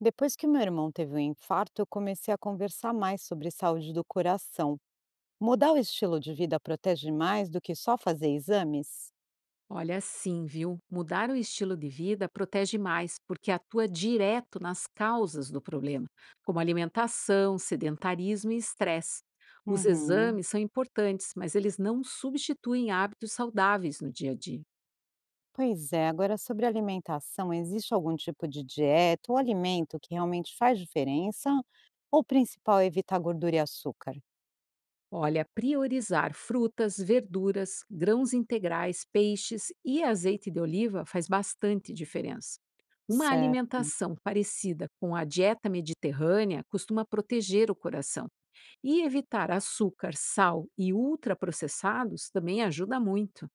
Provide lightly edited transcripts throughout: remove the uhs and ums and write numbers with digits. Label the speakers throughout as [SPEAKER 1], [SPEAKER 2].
[SPEAKER 1] Depois que meu irmão teve um infarto, eu comecei a conversar mais sobre saúde do coração. Mudar o estilo de vida protege mais do que só fazer exames?
[SPEAKER 2] Olha, sim, viu? Mudar o estilo de vida protege mais, porque atua direto nas causas do problema, como alimentação, sedentarismo e estresse. Os
[SPEAKER 1] Uhum.
[SPEAKER 2] exames são importantes, mas eles não substituem hábitos saudáveis no dia a dia.
[SPEAKER 1] Pois é, agora sobre alimentação, existe algum tipo de dieta ou alimento que realmente faz diferença? Ou o principal é evitar gordura e açúcar?
[SPEAKER 2] Olha, priorizar frutas, verduras, grãos integrais, peixes e azeite de oliva faz bastante diferença. Uma
[SPEAKER 1] Certo.
[SPEAKER 2] alimentação parecida com a dieta mediterrânea costuma proteger o coração. E evitar açúcar, sal e ultraprocessados também ajuda muito.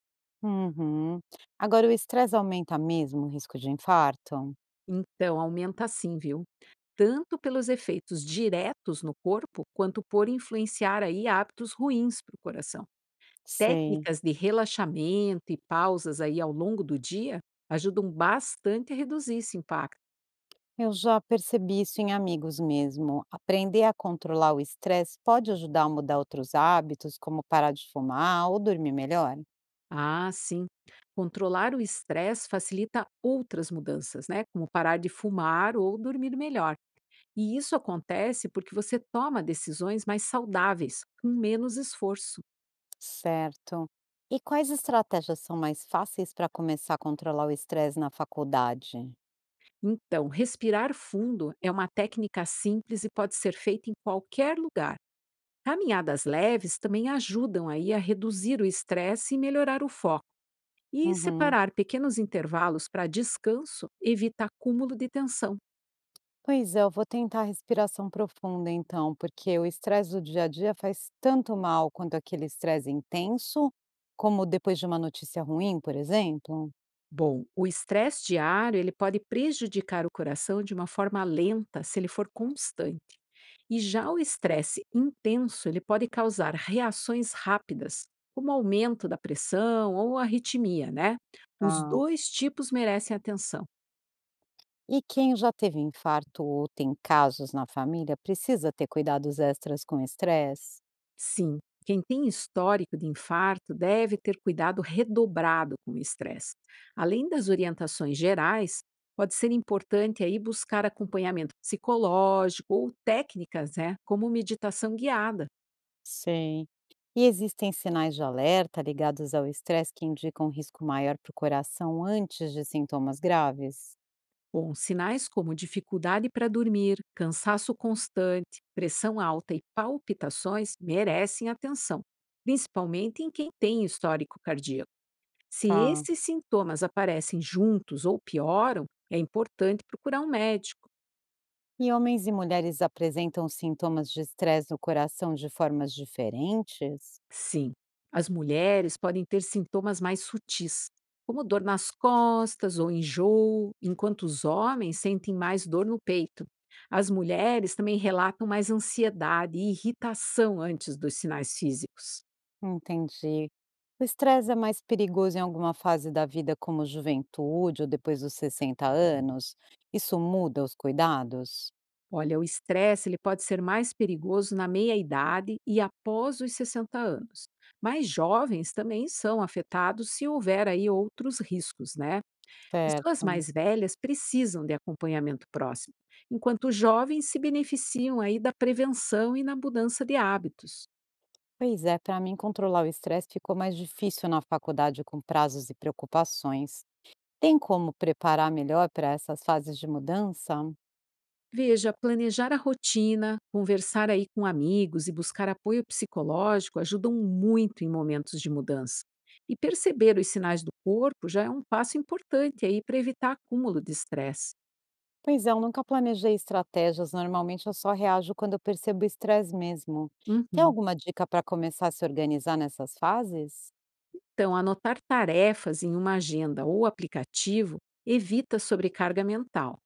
[SPEAKER 1] Uhum. Agora, o estresse aumenta mesmo o risco de infarto?
[SPEAKER 2] Então, aumenta sim, viu? Tanto pelos efeitos diretos no corpo, quanto por influenciar aí hábitos ruins para o coração.
[SPEAKER 1] Sei.
[SPEAKER 2] Técnicas de relaxamento e pausas aí ao longo do dia ajudam bastante a reduzir esse impacto.
[SPEAKER 1] Eu já percebi isso em amigos mesmo. Aprender a controlar o estresse pode ajudar a mudar outros hábitos, como parar de fumar ou dormir melhor?
[SPEAKER 2] Ah, sim. Controlar o estresse facilita outras mudanças, né? Como parar de fumar ou dormir melhor. E isso acontece porque você toma decisões mais saudáveis, com menos esforço.
[SPEAKER 1] Certo. E quais estratégias são mais fáceis para começar a controlar o estresse na faculdade?
[SPEAKER 2] Então, respirar fundo é uma técnica simples e pode ser feita em qualquer lugar. Caminhadas leves também ajudam aí a reduzir o estresse e melhorar o foco. E
[SPEAKER 1] Uhum.
[SPEAKER 2] separar pequenos intervalos para descanso evita acúmulo de tensão.
[SPEAKER 1] Pois é, eu vou tentar respiração profunda então, porque o estresse do dia a dia faz tanto mal quanto aquele estresse intenso, como depois de uma notícia ruim, por exemplo.
[SPEAKER 2] Bom, o estresse diário ele pode prejudicar o coração de uma forma lenta se ele for constante. E já o estresse intenso ele pode causar reações rápidas, como aumento da pressão ou arritmia, né? Os
[SPEAKER 1] Ah.
[SPEAKER 2] dois tipos merecem atenção.
[SPEAKER 1] E quem já teve infarto ou tem casos na família precisa ter cuidados extras com estresse?
[SPEAKER 2] Sim, quem tem histórico de infarto deve ter cuidado redobrado com o estresse. Além das orientações gerais, pode ser importante aí buscar acompanhamento psicológico ou técnicas, né, como meditação guiada,
[SPEAKER 1] Sim. E existem sinais de alerta ligados ao estresse que indicam risco maior para o coração antes de sintomas graves?
[SPEAKER 2] com sinais como dificuldade para dormir, cansaço constante, pressão alta e palpitações merecem atenção, principalmente em quem tem histórico cardíaco. Se
[SPEAKER 1] Tá.
[SPEAKER 2] esses sintomas aparecem juntos ou pioram, é importante procurar um médico.
[SPEAKER 1] E homens e mulheres apresentam sintomas de estresse no coração de formas diferentes?
[SPEAKER 2] Sim, as mulheres podem ter sintomas mais sutis, como dor nas costas ou enjoo, enquanto os homens sentem mais dor no peito. As mulheres também relatam mais ansiedade e irritação antes dos sinais físicos.
[SPEAKER 1] Entendi. O estresse é mais perigoso em alguma fase da vida, como juventude ou depois dos 60 anos? Isso muda os cuidados?
[SPEAKER 2] Olha, o estresse ele pode ser mais perigoso na meia-idade e após os 60 anos. Mas jovens também são afetados se houver aí outros riscos, né? Pessoas
[SPEAKER 1] Certo.
[SPEAKER 2] mais velhas precisam de acompanhamento próximo, enquanto jovens se beneficiam aí da prevenção e na mudança de hábitos.
[SPEAKER 1] Pois é, para mim controlar o estresse ficou mais difícil na faculdade com prazos e preocupações. Tem como preparar melhor para essas fases de mudança?
[SPEAKER 2] Veja, planejar a rotina, conversar aí com amigos e buscar apoio psicológico ajudam muito em momentos de mudança. E perceber os sinais do corpo já é um passo importante aí para evitar acúmulo de estresse.
[SPEAKER 1] Pois é, eu nunca planejei estratégias, normalmente eu só reajo quando eu percebo o estresse mesmo. Tem
[SPEAKER 2] Uhum.
[SPEAKER 1] alguma dica para começar a se organizar nessas fases?
[SPEAKER 2] Então, anotar tarefas em uma agenda ou aplicativo evita sobrecarga mental.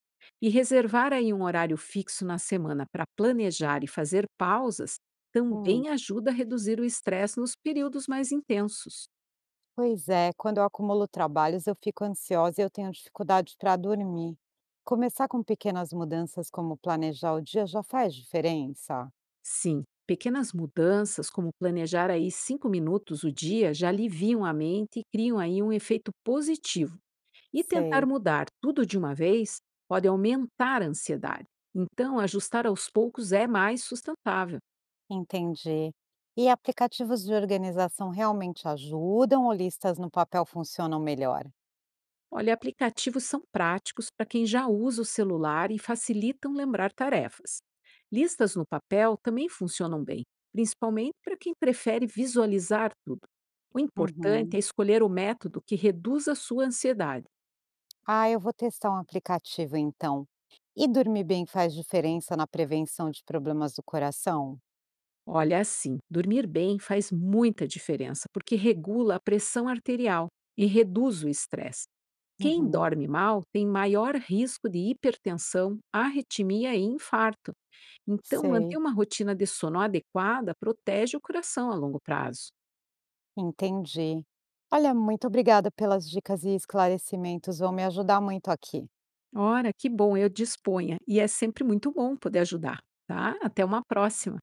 [SPEAKER 2] E reservar aí um horário fixo na semana para planejar e fazer pausas
[SPEAKER 1] Hum,
[SPEAKER 2] também ajuda a reduzir o estresse nos períodos mais intensos.
[SPEAKER 1] pois é, quando eu acumulo trabalhos, eu fico ansiosa e eu tenho dificuldade para dormir. Começar com pequenas mudanças, como planejar o dia, já faz diferença?
[SPEAKER 2] Sim, pequenas mudanças, como planejar aí 5 minutos o dia, já aliviam a mente e criam aí um efeito positivo. E tentar
[SPEAKER 1] Sei.
[SPEAKER 2] mudar tudo de uma vez pode aumentar a ansiedade. Então, ajustar aos poucos é mais sustentável.
[SPEAKER 1] Entendi. E aplicativos de organização realmente ajudam ou listas no papel funcionam melhor?
[SPEAKER 2] Olha, aplicativos são práticos para quem já usa o celular e facilitam lembrar tarefas. Listas no papel também funcionam bem, principalmente para quem prefere visualizar tudo. O importante
[SPEAKER 1] Uhum.
[SPEAKER 2] é escolher o método que reduza a sua ansiedade.
[SPEAKER 1] Ah, eu vou testar um aplicativo então. E dormir bem faz diferença na prevenção de problemas do coração?
[SPEAKER 2] Olha, assim, dormir bem faz muita diferença, porque regula a pressão arterial e reduz o estresse. Quem
[SPEAKER 1] Uhum.
[SPEAKER 2] dorme mal tem maior risco de hipertensão, arritmia e infarto. Então, manter
[SPEAKER 1] Sei.
[SPEAKER 2] uma rotina de sono adequada protege o coração a longo prazo.
[SPEAKER 1] Entendi. Olha, muito obrigada pelas dicas e esclarecimentos, vão me ajudar muito aqui.
[SPEAKER 2] Ora, que bom, eu disponha. E é sempre muito bom poder ajudar, tá? Até uma próxima.